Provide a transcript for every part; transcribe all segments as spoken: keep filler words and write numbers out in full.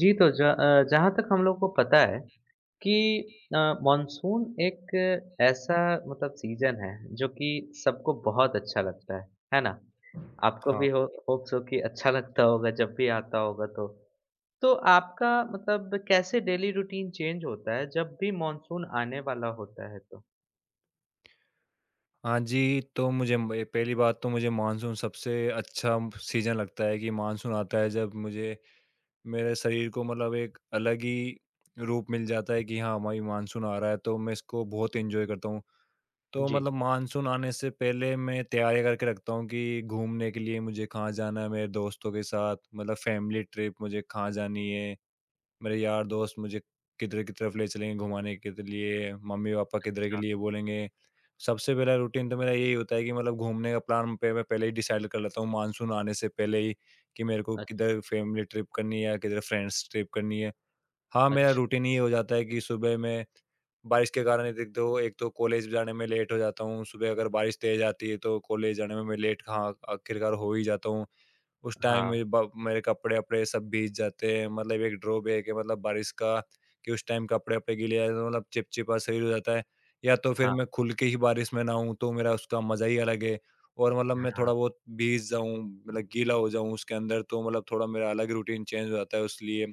जी, तो ज अ, जहाँ तक हम लोग को पता है कि अ, मानसून एक ऐसा मतलब सीज़न है जो कि सबको बहुत अच्छा लगता है, है ना? आपको हाँ, भी हो होप सो कि अच्छा लगता होगा जब भी आता होगा तो। तो आपका मतलब कैसे डेली रूटीन चेंज होता है जब भी मानसून आने वाला होता है तो? हाँ जी, तो मुझे म ए, पहली बात तो मुझे मानसून सबसे अच्छा सीज़न लगता है कि मानसून आता है जब मुझे मेरे शरीर को मतलब एक अलग ही रूप मिल जाता है कि हाँ, हमारी मानसून आ रहा है तो मैं इसको बहुत एन्जॉय करता हूँ। तो जी। मतलब मानसून आने से पहले मैं तैयारी करके रखता हूँ कि घूमने के लिए मुझे कहाँ जाना है, मेरे दोस्तों के साथ मतलब फैमिली ट्रिप मुझे कहाँ जानी है। मेरे यार दोस्त मुझे किधर की तरफ ले चलेंगे घुमाने के त लिए, मम्मी-पापा किधर के अच्छा, लिए बोलेंगे। सबसे पहला रूटीन तो मेरा यही होता है कि मतलब घूमने का प्लान पे मैं पहले ही डिसाइड कर लेता हूँ मानसून आने से पहले ही, कि मेरे को अच्छा, किधर फैमिली ट्रिप करनी है, या किधर फ्रेंड्स ट्रिप करनी है। हाँ, मेरा अच्छा। रूटीन ये हो जाता है कि सुबह में बारिश के कारण एक तो एक तो कॉलेज जाने में लेट हो जाता हूँ। सुबह अगर बारिश तेज़ आती है तो कॉलेज जाने में मैं लेट, हाँ, आखिरकार हो ही जाता हूँ। उस टाइम मेरे हाँ, ब मेरे कपड़े-वपड़े सब भीग जाते हैं, मतलब एक ड्रॉबैक है मतलब बारिश का, कि उस टाइम कपड़े-वपड़े गीले आ जाते हैं, मतलब चिपचिपा शरीर हो जाता है। या तो फिर हाँ, मैं खुल के ही बारिश में नहाऊँ, तो मेरा उसका मज़ा ही अलग है, और मतलब मैं हाँ। थोड़ा बहुत भीग जाऊँ, मतलब गीला हो जाऊँ उसके अंदर, तो मतलब थोड़ा मेरा अलग रूटीन चेंज हो जाता है उस लिए।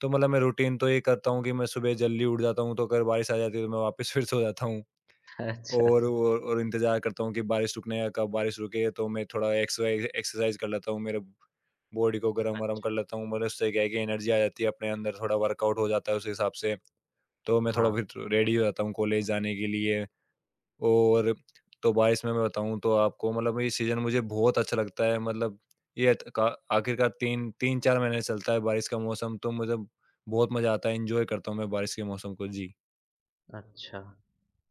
तो मतलब मैं रूटीन तो ये करता हूँ कि मैं सुबह जल्दी उठ जाता हूँ, तो अगर बारिश आ जाती है, तो मैं वापस फिर सो जाता हूँ। अच्छा, और और और इंतज़ार करता हूँ कि बारिश रुकने का, कब बारिश रुके, तो मैं थोड़ा एक्सरसाइज़ एक्सरसाइज़ कर लेता हूँ, मेरे बॉडी को अ, गरम-वरम कर लेता हूँ। मतलब उससे क्या है कि एनर्जी आ जाती है अपने अंदर, थोड़ा वर्कआउट हो जाता है उस हिसाब से। तो मैं थोड़ा हाँ, फिर तो रेडी हो जाता हूँ कॉलेज जाने के लिए। और तो बारिश में मैं बताऊँ तो आपको मतलब ये सीज़न मुझे बहुत अच्छा लगता है, मतलब ये त का आखिरकार 3 तीन-चार महीने चलता है बारिश का मौसम, तो मुझे बहुत मज़ा आता है, एन्जॉय करता हूँ मैं बारिश के मौसम को। जी। अच्छा।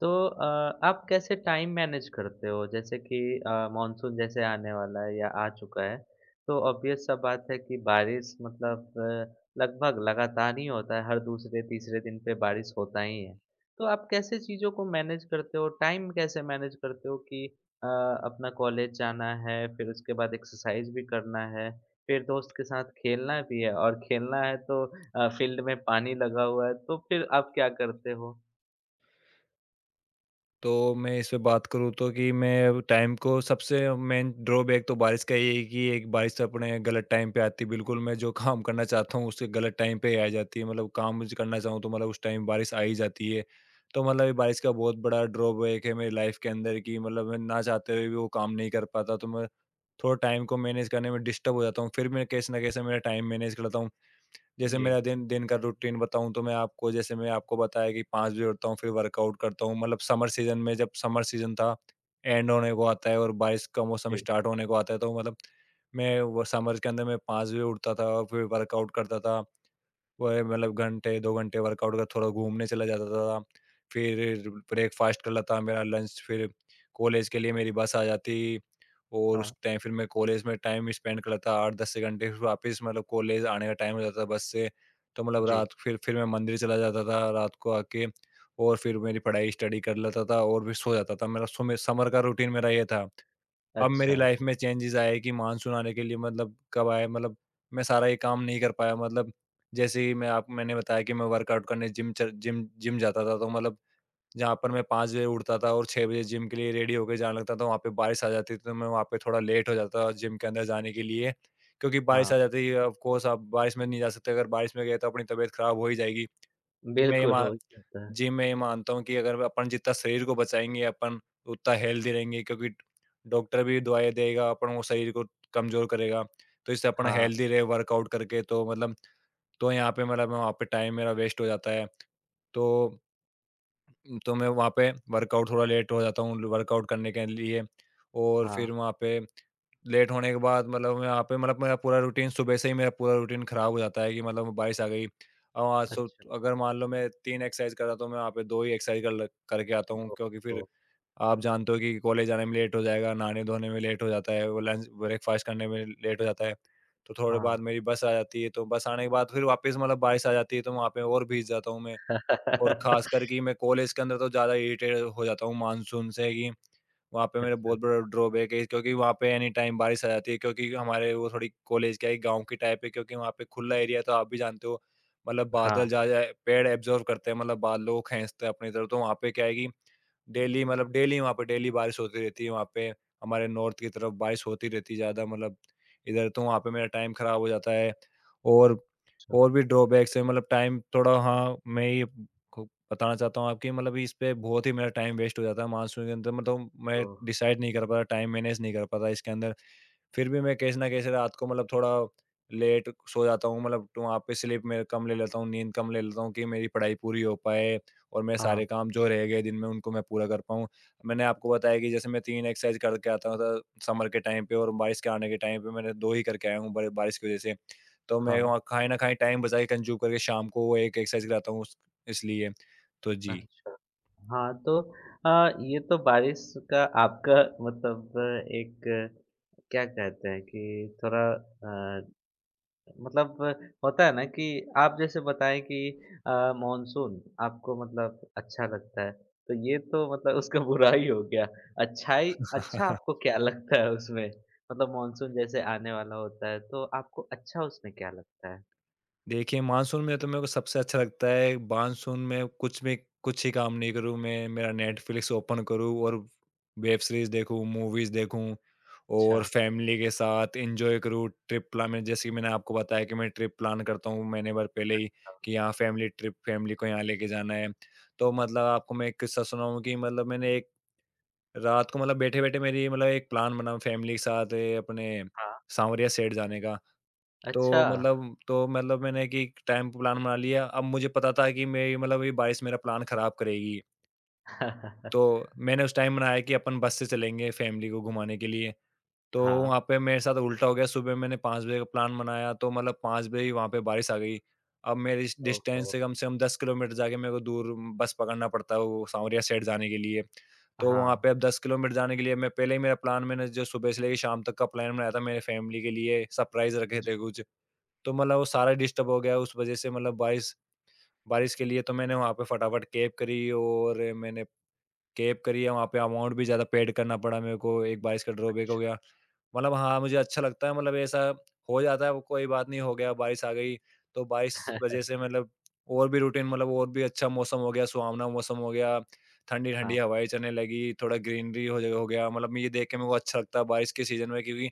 तो अ, आप कैसे टाइम मैनेज करते हो? जैसे कि अ, मानसून जैसे आने वाला है या आ चुका है, तो ऑब्वियस सा बात है कि बारिश मतलब अ, लगभग लगातार ही होता है, हर दूसरे-तीसरे दिन पे बारिश होता ही है। तो आप कैसे चीज़ों को मैनेज करते हो, टाइम कैसे मैनेज करते हो कि अ, अपना कॉलेज जाना है, फिर उसके बाद एक्सरसाइज़ भी करना है, फिर दोस्त के साथ खेलना भी है और खेलना है तो अ, फील्ड में पानी लगा हुआ है, तो फिर आप क्या करते हो? तो मैं इस पे बात करूँ तो कि मैं टाइम को सबसे मेन ड्रॉबैक तो बारिश का ये है कि एक बारिश तो अपने गलत टाइम पे आती है। बिल्कुल मैं जो काम करना चाहता हूँ उसके गलत टाइम पे ही आ जाती है। मतलब काम मुझे करना चाहूँ तो मतलब उस टाइम बारिश आ ही जाती है। तो मतलब ये बारिश का बहुत बड़ा ड्रॉबैक है मेरी लाइफ के अंदर कि मतलब मैं ना चाहते हुए भी वो काम नहीं कर पाता। तो मैं थोड़ा टाइम को मैनेज करने में डिस्टर्ब हो जाता हूँ। फिर मैं कैसे ना कैसे मेरा टाइम मैनेज कर लेता हूँ। जैसे जी, मेरा दिन दिन का रूटीन बताऊँ तो मैं आपको जैसे मैं आपको बताया कि पाँच बजे उठता हूँ, फिर वर्कआउट करता हूँ। मतलब समर सीज़न में जब समर सीज़न था, एंड होने को आता है और बारिश का मौसम जी, स्टार्ट होने को आता है, तो मतलब मैं वो समर के अंदर मैं पाँच बजे उठता था और फिर वर्कआउट करता था। वही मतलब घंटे दो घंटे वर्कआउट का, थोड़ा घूमने चला जाता था। फिर ब्रेकफ़ास्ट कर लेता, मेरा लंच, फिर कॉलेज के लिए मेरी बस आ जाती, और उस हाँ। टाइम फिर मैं कॉलेज में टाइम स्पेंड कर लेता आठ दस घंटे, फिर वापस मतलब कॉलेज आने का टाइम हो जाता था बस से। तो मतलब जी, रात फिर फिर मैं मंदिर चला जाता था रात को आके, और फिर मेरी पढ़ाई स्टडी कर लेता था और फिर सो जाता था। मेरा सुमे समर का रूटीन मेरा ये था। अब मेरी अच्छा, लाइफ में चेंजेस आए कि मानसून आने के लिए मतलब कब आए, मतलब मैं सारा ये काम नहीं कर पाया, मतलब जैसे ही मैं आप मैंने बताया कि मैं वर्कआउट करने जिम चल जिम जिम जाता था, तो मतलब जहाँ पर मैं पाँच बजे उठता था और छह बजे जिम के लिए रेडी होके जाने लगता था, वहाँ पे बारिश आ जाती थी तो मैं वहाँ पे थोड़ा लेट हो जाता था जिम के अंदर जाने के जी, लिए, क्योंकि बारिश हाँ, आ जाती है। ऑफ कोर्स आप बारिश में नहीं जा सकते, अगर बारिश में गए तो अपनी तबीयत खराब हो ही जाएगी। मैं ये बिल्कुल मा हो ही जाता है। जी, मैं ये मानता हूँ कि अगर अपन जितना शरीर को बचाएँगे, अपन उतना हेल्दी रहेंगे, क्योंकि डॉक्टर भी दवाएँ देगा, अपन वो शरीर को कमज़ोर करेगा। तो इससे अपना हाँ, हेल्दी रहे वर्कआउट करके, तो मतलब तो यहाँ पे मतलब वहाँ पे टाइम मेरा वेस्ट हो जाता है। तो उम, तो मैं वहाँ पे वर्कआउट थोड़ा लेट हो जाता हूँ वर्कआउट करने के लिए, और हाँ, फिर वहाँ पे लेट होने के बाद मतलब मैं यहाँ पे मतलब मेरा पूरा रूटीन सुबह से ही मेरा पूरा रूटीन खराब हो जाता है कि मतलब बारिश आ गई, अब आज सो अच्छा, अगर मान लो मैं तीन एक्सरसाइज कर रहा था, तो मैं वहाँ पे दो ही एक्सरसाइज कर ल करके आता हूँ, ओह! क्योंकि फिर ओह! आप जानते हो कि कॉलेज जाने में लेट हो जाएगा, नहाने-धोने में लेट हो जाता है, वो लंच ब्रेकफास्ट करने में लेट हो जाता है। तो थोड़े हाँ। बाद मेरी बस आ जाती है, तो बस आने के बाद फिर वापस मतलब बारिश आ जाती है तो वहाँ पे और भीग जाता हूँ मैं। और ख़ासकर कि मैं कॉलेज के अंदर तो ज़्यादा इरिटेट हो जाता हूँ मानसून से कि वहाँ पे मेरा अच्छा, बहुत बड़ा ड्रॉबैक है, क्योंकि वहाँ पे एनी टाइम बारिश आ जाती है, क्योंकि हमारे वो थोड़ी कॉलेज क्या है, गाँव की टाइप है, क्योंकि वहाँ पे खुला एरिया है, तो आप भी जानते हो, मतलब बादल हाँ, जा जाए पेड़ एब्ज़ॉर्ब करते हैं, मतलब बादलों को खींचते हैं अपनी तरफ, तो वहाँ पे क्या है कि डेली मतलब डेली वहाँ पे डेली बारिश होती रहती है वहाँ पे, हमारे नॉर्थ की तरफ बारिश होती रहती है ज़्यादा, मतलब इधर, तो वहाँ पे मेरा टाइम ख़राब हो जाता है, और अच्छा, और भी ड्रॉबैक्स है, मतलब टाइम थोड़ा, हाँ मैं ही को बताना चाहता हूँ आपकी, मतलब इस पे बहुत ही मेरा टाइम वेस्ट हो जाता है मानसून के अंदर, मतलब मैं ओह! डिसाइड नहीं कर पाता, टाइम मैनेज नहीं कर पाता इसके अंदर। फिर भी मैं कैसे ना कैसे रात को मतलब थोड़ा लेट सो जाता हूँ, मतलब, तो वहाँ पे स्लीप में कम ले लेता हूँ, नींद कम ले लेता हूँ, कि मेरी पढ़ाई पूरी हो पाए और मेरे हाँ, सारे काम जो रह गए दिन में उनको मैं पूरा कर पाऊँ। मैंने आपको बताया कि जैसे मैं तीन एक्सरसाइज करके आता था समर के टाइम पे, और बारिश के आने के टाइम पे मैंने दो ही करके आया हूँ बड़े- बारिश की वजह से। तो मैं हाँ, वहाँ खाए ना खाए टाइम बचा के कंज्यूम करके शाम को वो एक एक्सरसाइज कराता हूँ, इसलिए, तो जी। अच्छा, हाँ, तो अ, ये तो बारिश का आपका मतलब एक क्या कहते हैं कि थोड़ा अ मतलब होता है ना कि आप जैसे बताएँ कि अ, मानसून आपको मतलब अच्छा लगता है, तो ये तो मतलब उसका बुरा ही हो गया। अच्छाई अच्छा आपको क्या लगता है उसमें? मतलब मानसून जैसे आने वाला होता है, तो आपको अच्छा उसमें क्या लगता है? देखिए, मानसून में तो मेरे को सबसे अच्छा लगता है मानसून में, कुछ भी कुछ ही काम नहीं करूँ मैं, मेरा नेटफ्लिक्स ओपन करूँ और वेब सीरीज़ देखूँ, मूवीज़ देखूँ, और अच्छा, फैमिली के साथ एन्जॉय करूँ, ट्रिप प्लान में, जैसे कि मैंने आपको बताया कि मैं ट्रिप प्लान करता हूँ महीने भर पहले ही कि यहाँ फैमिली ट्रिप, फैमिली को यहाँ लेके जाना है। तो मतलब आपको मैं एक किस्सा सुनाऊँ कि मतलब मैंने एक रात को मतलब बैठे-बैठे मेरी मतलब एक प्लान बना फैमिली के साथ ए, अपने, हाँ। साँवरिया सेठ जाने का। तो अच्छा। मतलब तो मतलब मैंने कि टाइम पे प्लान बना लिया। अब मुझे पता था कि मेरी मतलब ये बारिश मेरा प्लान ख़राब करेगी। तो मैंने उस टाइम बनाया कि अपन बस से चलेंगे फैमिली को घुमाने के लिए। तो हाँ। वहाँ पे मेरे साथ उल्टा हो गया। सुबह मैंने पाँच बजे का प्लान बनाया, तो मतलब पाँच बजे ही वहाँ पे बारिश आ गई। अब मेरे इस ओहो! डिस्टेंस से कम से कम दस किलोमीटर जाके मेरे को दूर बस पकड़ना पड़ता है वो साँवरिया साइड जाने के लिए। तो वहाँ हाँ। पे अब दस किलोमीटर जाने के लिए मैं पहले ही मेरा प्लान, मैंने जो सुबह से लेके शाम तक का प्लान बनाया था मेरे फैमिली के लिए, सरप्राइज़ रखे जी, थे कुछ। तो मतलब वो सारा डिस्टर्ब हो गया उस वज़ह से, मतलब बारिश, बारिश के लिए तो मैंने वहाँ पे फटाफट कैब करी, और मैंने कैब करी है, वहाँ पे अमाउंट भी ज़्यादा पेड करना पड़ा मेरे को, एक बारिश का ड्रॉबैक हो अच्छा। गया। मतलब हाँ, मुझे अच्छा लगता है, मतलब ऐसा हो जाता है, वो कोई बात नहीं, हो गया बारिश आ गई, तो बारिश वज़ह से मतलब और भी रूटीन, मतलब और भी अच्छा मौसम हो गया, सुहावना मौसम हो गया, ठंडी-ठंडी हाँ, हवाएँ चलने लगी, थोड़ा ग्रीनरी हो ज हो गया, मतलब मैं ये देख के मेरे को अच्छा लगता है बारिश के सीज़न में, क्योंकि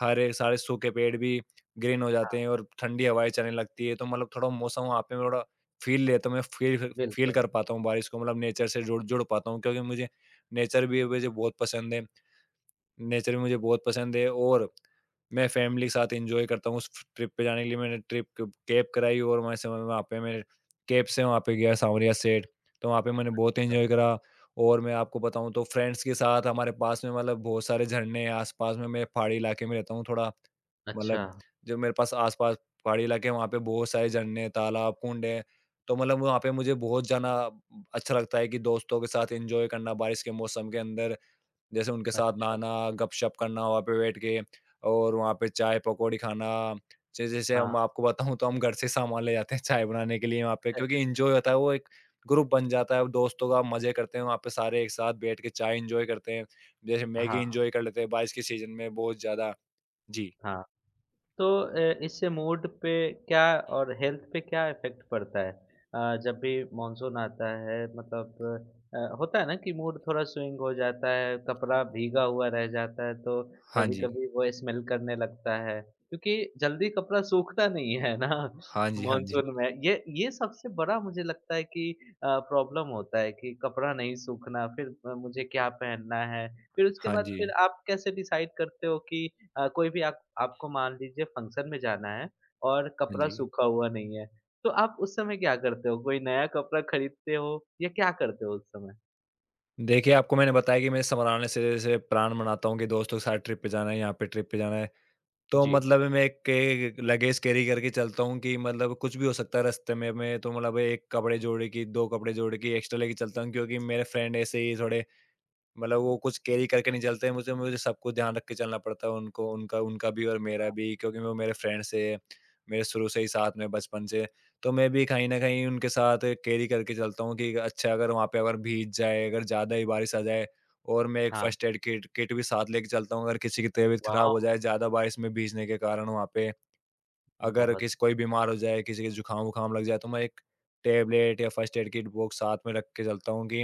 हरे सारे सूखे पेड़ भी ग्रीन हो जाते हैं और ठंडी हवाएँ चलने लगती है, तो मतलब थोड़ा मौसम वहाँ पे मैं थोड़ा फ़ील लेता हूँ, मैं फ़ील फ़ील बिल्कुल। कर पाता हूँ बारिश को। मतलब नेचर से जुड़ जुड़ पाता हूँ क्योंकि मुझे नेचर भी मुझे बहुत पसंद है। नेचर भी मुझे बहुत पसंद है और मैं फैमिली के साथ एन्जॉय करता हूँ। उस ट्रिप पे जाने के लिए मैंने ट्रिप क कैब कराई और वहाँ से मैं समय वहाँ पे मैं कैब से वहाँ पे गया साँवरिया सेठ। तो वहाँ पे मैंने बहुत अच्छा, एन्जॉय करा। और मैं आपको बताऊँ तो फ्रेंड्स के साथ हमारे पास में मतलब बहुत सारे झरने हैं आस-पास में। मैं पहाड़ी इलाके में रहता हूँ थोड़ा। अच्छा। मतलब जो मेरे पास आस-पास पहाड़ी इलाके हैं वहाँ पे बहुत सारे झरने, तालाब, कुंड हैं। तो मतलब वहाँ पे मुझे बहुत जाना अच्छा लगता है कि दोस्तों के साथ एन्जॉय करना बारिश के मौसम के अंदर, जैसे उनके अ, साथ नहाना, गपशप करना वहाँ पे बैठ के और वहाँ पे चाय पकौड़ी खाना। ज जैसे हाँ, हम आपको बताऊँ तो हम घर से सामान ले जाते हैं चाय बनाने के लिए वहाँ पे, अ, क्योंकि एन्जॉय होता है। वो एक ग्रुप बन जाता है दोस्तों का, मज़े करते हैं वहाँ पे सारे एक साथ बैठ के चाय एन्जॉय करते हैं। जैसे मैगी हाँ, एन्जॉय कर लेते हैं बारिश के सीज़न में बहुत ज़्यादा। जी। हाँ। तो अ, इससे मूड पे क्या और हेल्थ पे क्या इफ़ेक्ट पड़ता है? अ, जब भी मानसून आता है मतलब अ, होता है ना कि मूड थोड़ा स्विंग हो जाता है, कपड़ा भीगा हुआ रह जाता है तो हाँ जी। कभी-कभी वो स्मेल करने लगता है, क्योंकि जल्दी कपड़ा सूखता नहीं है ना हाँ जी, हाँ जी। मानसून में। ये ये सबसे बड़ा मुझे लगता है कि अ, प्रॉब्लम होता है कि कपड़ा नहीं सूखना, फिर अ, मुझे क्या पहनना है? फिर उसके हाँ बाद जी। फिर आप कैसे डिसाइड करते हो कि अ, कोई भी आप आपको मान लीजिए फंक्शन में जाना है और हाँ कपड़ा जी। सूखा हुआ नहीं है, तो आप उस समय क्या करते हो? कोई नया कपड़ा खरीदते हो या क्या करते हो उस समय? देखिए, आपको मैंने बताया कि मैं संभलाने से जैसे प्लान बनाता हूँ कि दोस्तों के साथ ट्रिप पे जाना है, यहाँ पे ट्रिप पे जाना है। तो जी, मतलब मैं एक के लगेज कैरी करके चलता हूँ कि मतलब कुछ भी हो सकता है रास्ते में मैं, तो मतलब एक कपड़े जोड़े की, दो कपड़े जोड़े की एक्स्ट्रा लेके चलता हूँ क्योंकि मेरे फ्रेंड ऐसे ही थोड़े मतलब वो कुछ कैरी करके नहीं चलते हैं, मुझे मुझे सब कुछ ध्यान रख के चलना पड़ता है उनको उनका उनका भी और मेरा भी, क्योंकि वो मेरे फ्रेंड्स से मेरे शुरू से ही साथ में बचपन से, तो मैं भी कहीं न कहीं उनके साथ कैरी करके चलता हूँ कि अच्छा अगर वहाँ पे अगर भीग जाए, अगर ज़्यादा ही बारिश आ जाए। और मैं एक हाँ, फर्स्ट एड किट किट भी साथ लेके चलता हूँ अगर किसी की तबीयत खराब वॉव! हो जाए ज़्यादा बारिश में भीगने के कारण वहाँ पे, अगर बहुत किसी कोई बीमार हो जाए, किसी के जुकाम-वुकाम लग जाए तो मैं एक टैबलेट या फर्स्ट एड किट बॉक्स साथ में रख के चलता हूँ कि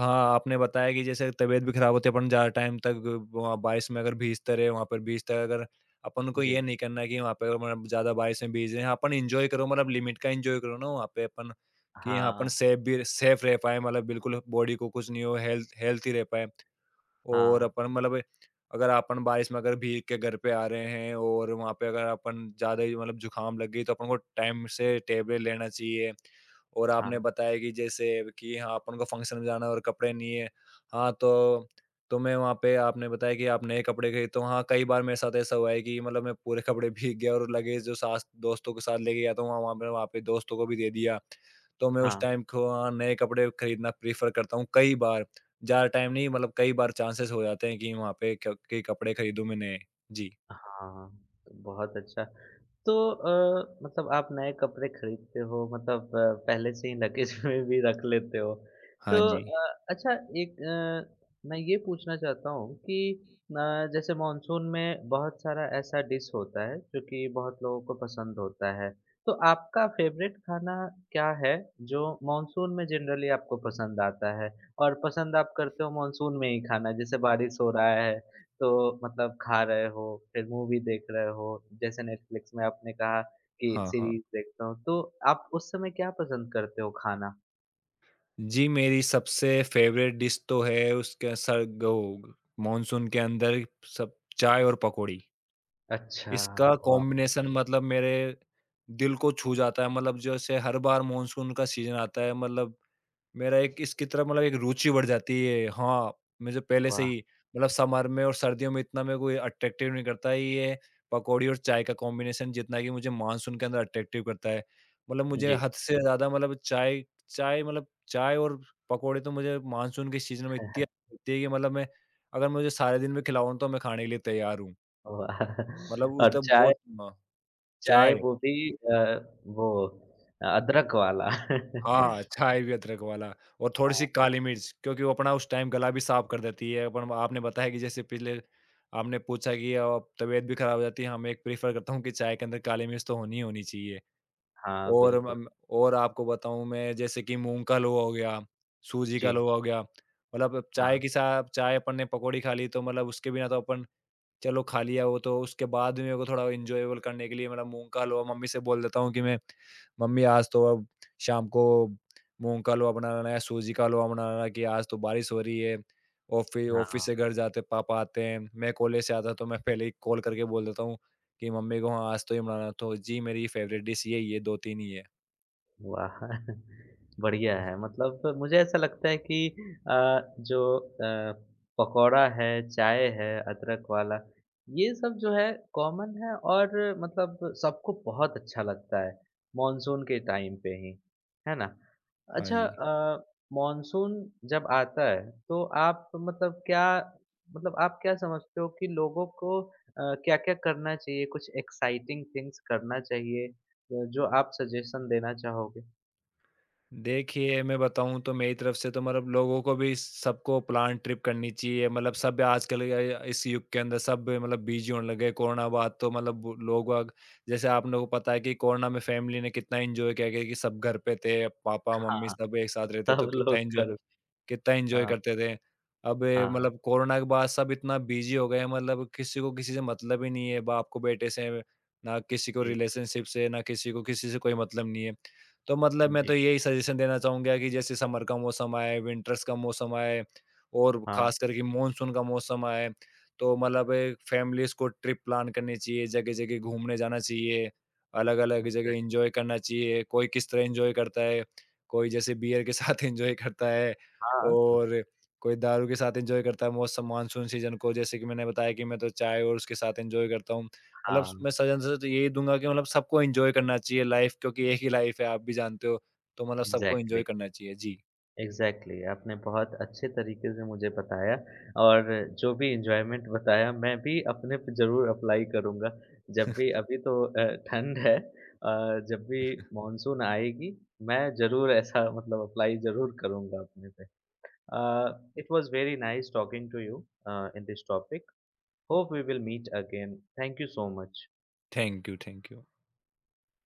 हाँ, आपने बताया कि जैसे तबीयत भी खराब होती है, अपन ज़्यादा टाइम तक वहाँ बारिश में अगर भीगते रहे, वहाँ पर भीजते रहे, अगर अपन को ये जी। नहीं करना है कि वहाँ पे मतलब ज़्यादा बारिश में भीज रहे हैं। अपन एन्जॉय करो, मतलब लिमिट का एन्जॉय करो ना वहाँ पे अपन, कि यहाँ अपन हाँ, सेफ भी सेफ रह पाएँ, मतलब बिल्कुल बॉडी को कुछ नहीं हो, हेल्थ हेल्थी रह पाएँ। और हाँ, अपन मतलब अगर अपन बारिश में अगर भीग के घर पे आ रहे हैं और वहाँ पे अगर अपन ज़्यादा ही मतलब जुकाम लग गई तो अपन को टाइम से टेबलेट लेना चाहिए। और आपने हाँ, बताया कि जैसे कि हाँ, अपन को फंक्शन में जाना है और कपड़े नहीं है। हाँ, तो तो मैं वहाँ पे आपने बताया कि आप नए कपड़े खरीदे तो हाँ, कई बार मेरे साथ ऐसा हुआ है कि मतलब मैं पूरे कपड़े भीग गया और लगेज जो साथ दोस्तों के साथ लेके गया था वहाँ वहाँ पे वहाँ पे दोस्तों को भी दे दिया। तो मैं उस हाँ। टाइम को हाँ, नए कपड़े खरीदना प्रेफ़र करता हूँ कई बार। ज़्यादा टाइम नहीं, मतलब कई बार चांसेस हो जाते हैं कि वहाँ पे क के कपड़े खरीदूँ मैं नए। जी। हाँ, तो बहुत अच्छा। तो अ, मतलब आप नए कपड़े खरीदते हो मतलब अ, पहले से ही लगेज में भी रख लेते हो। हाँ तो जी। अ, अच्छा एक अ, मैं ये पूछना चाहता हूँ कि अ, जैसे मानसून में बहुत सारा ऐसा डिश होता है जो कि बहुत लोगों को पसंद होता है। तो आपका फ़ेवरेट खाना क्या है जो मानसून में जनरली आपको पसंद आता है? और पसंद आप करते हो मानसून में ही खाना जैसे बारिश हो रहा है तो मतलब खा रहे हो, फिर मूवी देख रहे हो, जैसे नेटफ्लिक्स में आपने कहा कि हाँ, हाँ। सीरीज़ देखता हूँ, तो आप उस समय क्या पसंद करते हो खाना? जी, मेरी सबसे फेवरेट डिश तो है उसके सर्ग ओ, मानसून के अंदर सब चाय और पकौड़ी। अच्छा, इसका वाह! कॉम्बिनेशन मतलब मेरे दिल को छू जाता है, मतलब जैसे हर बार मानसून का सीज़न आता है मतलब मेरा एक इसकी तरफ मतलब एक रुचि बढ़ जाती है। हाँ, मुझे पहले से वाह! ही मतलब समर में और सर्दियों में इतना मेरे को ये अट्रैक्टिव नहीं करता है ये पकौड़ी और चाय का कॉम्बिनेशन जितना कि मुझे मानसून के अंदर अट्रैक्टिव करता है। मतलब मुझे जी। हद से ज़्यादा मतलब चाय चाय मतलब चाय और पकौड़े तो मुझे मानसून की सीज़न में इतनी वाह! होती है कि मतलब मैं अगर मुझे सारे दिन भी खिलाओ ना तो मैं खाने के लिए तैयार हूँ। मतलब उस और तब चाय बहुत म चाय चाय। वो भी अ, वो अदरक वाला। हाँ, छाई हुई अदरक वाला और थोड़ी-सी हाँ, काली मिर्च, क्योंकि वो अपना उस टाइम गला भी साफ कर देती है। अपन आपने बताया कि जैसे पिछले आपने पूछा कि अ, तबीयत भी खराब हो जाती है। हाँ, मैं एक प्रेफ़र करता हूँ कि चाय के अंदर काली मिर्च तो होनी ही होनी चाहिए। हाँ, और बिल्कुल। अम, और आपको बताऊँ मैं जैसे कि मूँग का हलवा हो गया, सूजी का जी, हलवा हो गया, मतलब चाय हाँ, के साथ चाय अपन ने पकौड़ी खा ली तो मतलब उसके बिना तो अपन चलो खा लिया वो, तो उसके बाद भी मेरे को थोड़ा एन्जॉयबल करने के लिए मेरा मूँग का हलवा, मम्मी से बोल देता हूँ कि मैं मम्मी आज तो अब शाम को मूँग का हलवा बनाना है, सूजी का हलवा बनाना है कि आज तो बारिश हो रही है। ऑफ़ि ऑफ़िस हाँ। से घर जाते पापा आते हैं, मैं कॉलेज से आता तो मैं पहले ही कॉल करके बोल देता हूँ कि मम्मी को हाँ, आज तो ये बनाना है। तो जी मेरी फ़ेवरेट डिश यही है, दो तीन ही है। वाह! बढ़िया है मतलब मुझे ऐसा लगता है कि अ, जो अ, पकौड़ा है, चाय है, अदरक वाला, ये सब जो है कॉमन है और मतलब सबको बहुत अच्छा लगता है, मानसून के टाइम पे ही, है ना? हाँ अच्छा जी। अ, मानसून जब आता है तो आप मतलब क्या मतलब आप क्या समझते हो कि लोगों को अ, क्या-क्या करना चाहिए? कुछ एक्साइटिंग थिंग्स करना चाहिए अ, जो आप सजेशन देना चाहोगे? देखिए, मैं बताऊँ तो मेरी तरफ से तो मतलब लोगों को भी सबको प्लान ट्रिप करनी चाहिए। मतलब सब आजकल अ, इस युग के अंदर सब मतलब बिज़ी होने लगे। कोरोना बाद तो मतलब लोग-वाग, जैसे आप लोगों को पता है कि कोरोना में फैमिली ने कितना एन्जॉय किया, क्योंकि सब घर पे थे। पापा, मम्मी हाँ, सब एक साथ रहते तो सब लोग कितना एन्जॉय करो कितना एन्जॉय हाँ, करते थे। अब ये हाँ, मतलब कोरोना के बाद सब इतना बिज़ी हो गए हैं, मतलब किसी को किसी से मतलब ही नहीं है, बाप को बेटे से, ना किसी को जी, रिलेशनशिप से, ना किसी को किसी से कोई मतलब नहीं है। तो मतलब मैं तो जी, यही सजेशन देना चाहूँगा कि जैसे समर का मौसम आए, विंटर्स का मौसम आए और हाँ, ख़ास करके मानसून का मौसम आए, तो मतलब फैमिलीज़ को ट्रिप प्लान करनी चाहिए, जगह-जगह घूमने जाना चाहिए, अलग-अलग जगह एग्ज़ैक्ट एन्जॉय करना चाहिए। कोई किस तरह एन्जॉय करता है, कोई जैसे बियर के साथ एन्जॉय करता है, हाँ, और कोई दारू के साथ एन्जॉय करता है मौसम मानसून सीज़न को, जैसे कि मैंने बताया कि मैं तो चाय और उसके साथ एन्जॉय करता हूँ। मतलब हाँ, मैं सजेशन से तो यही दूँगा कि मतलब सबको एन्जॉय करना चाहिए लाइफ़, क्योंकि एक ही लाइफ़ है आप भी जानते हो, तो मतलब सबको एन्जॉय एग्ज़ैक्टली, करना चाहिए। जी, एग्ज़ैक्टली आपने बहुत अच्छे तरीके से मुझे बताया और जो भी एन्जॉयमेंट बताया मैं भी अपने पे ज़रूर अप्लाई करूँगा। जब भी अभी तो अ, ठंड है अ, जब भी मानसून आएगी मैं ज़रूर ऐसा मतलब अप्लाई ज़रूर करूँगा अपने पे। Uh, it was very nice talking to you uh, in this topic. Hope we will meet again. Thank you so much. Thank you, thank you.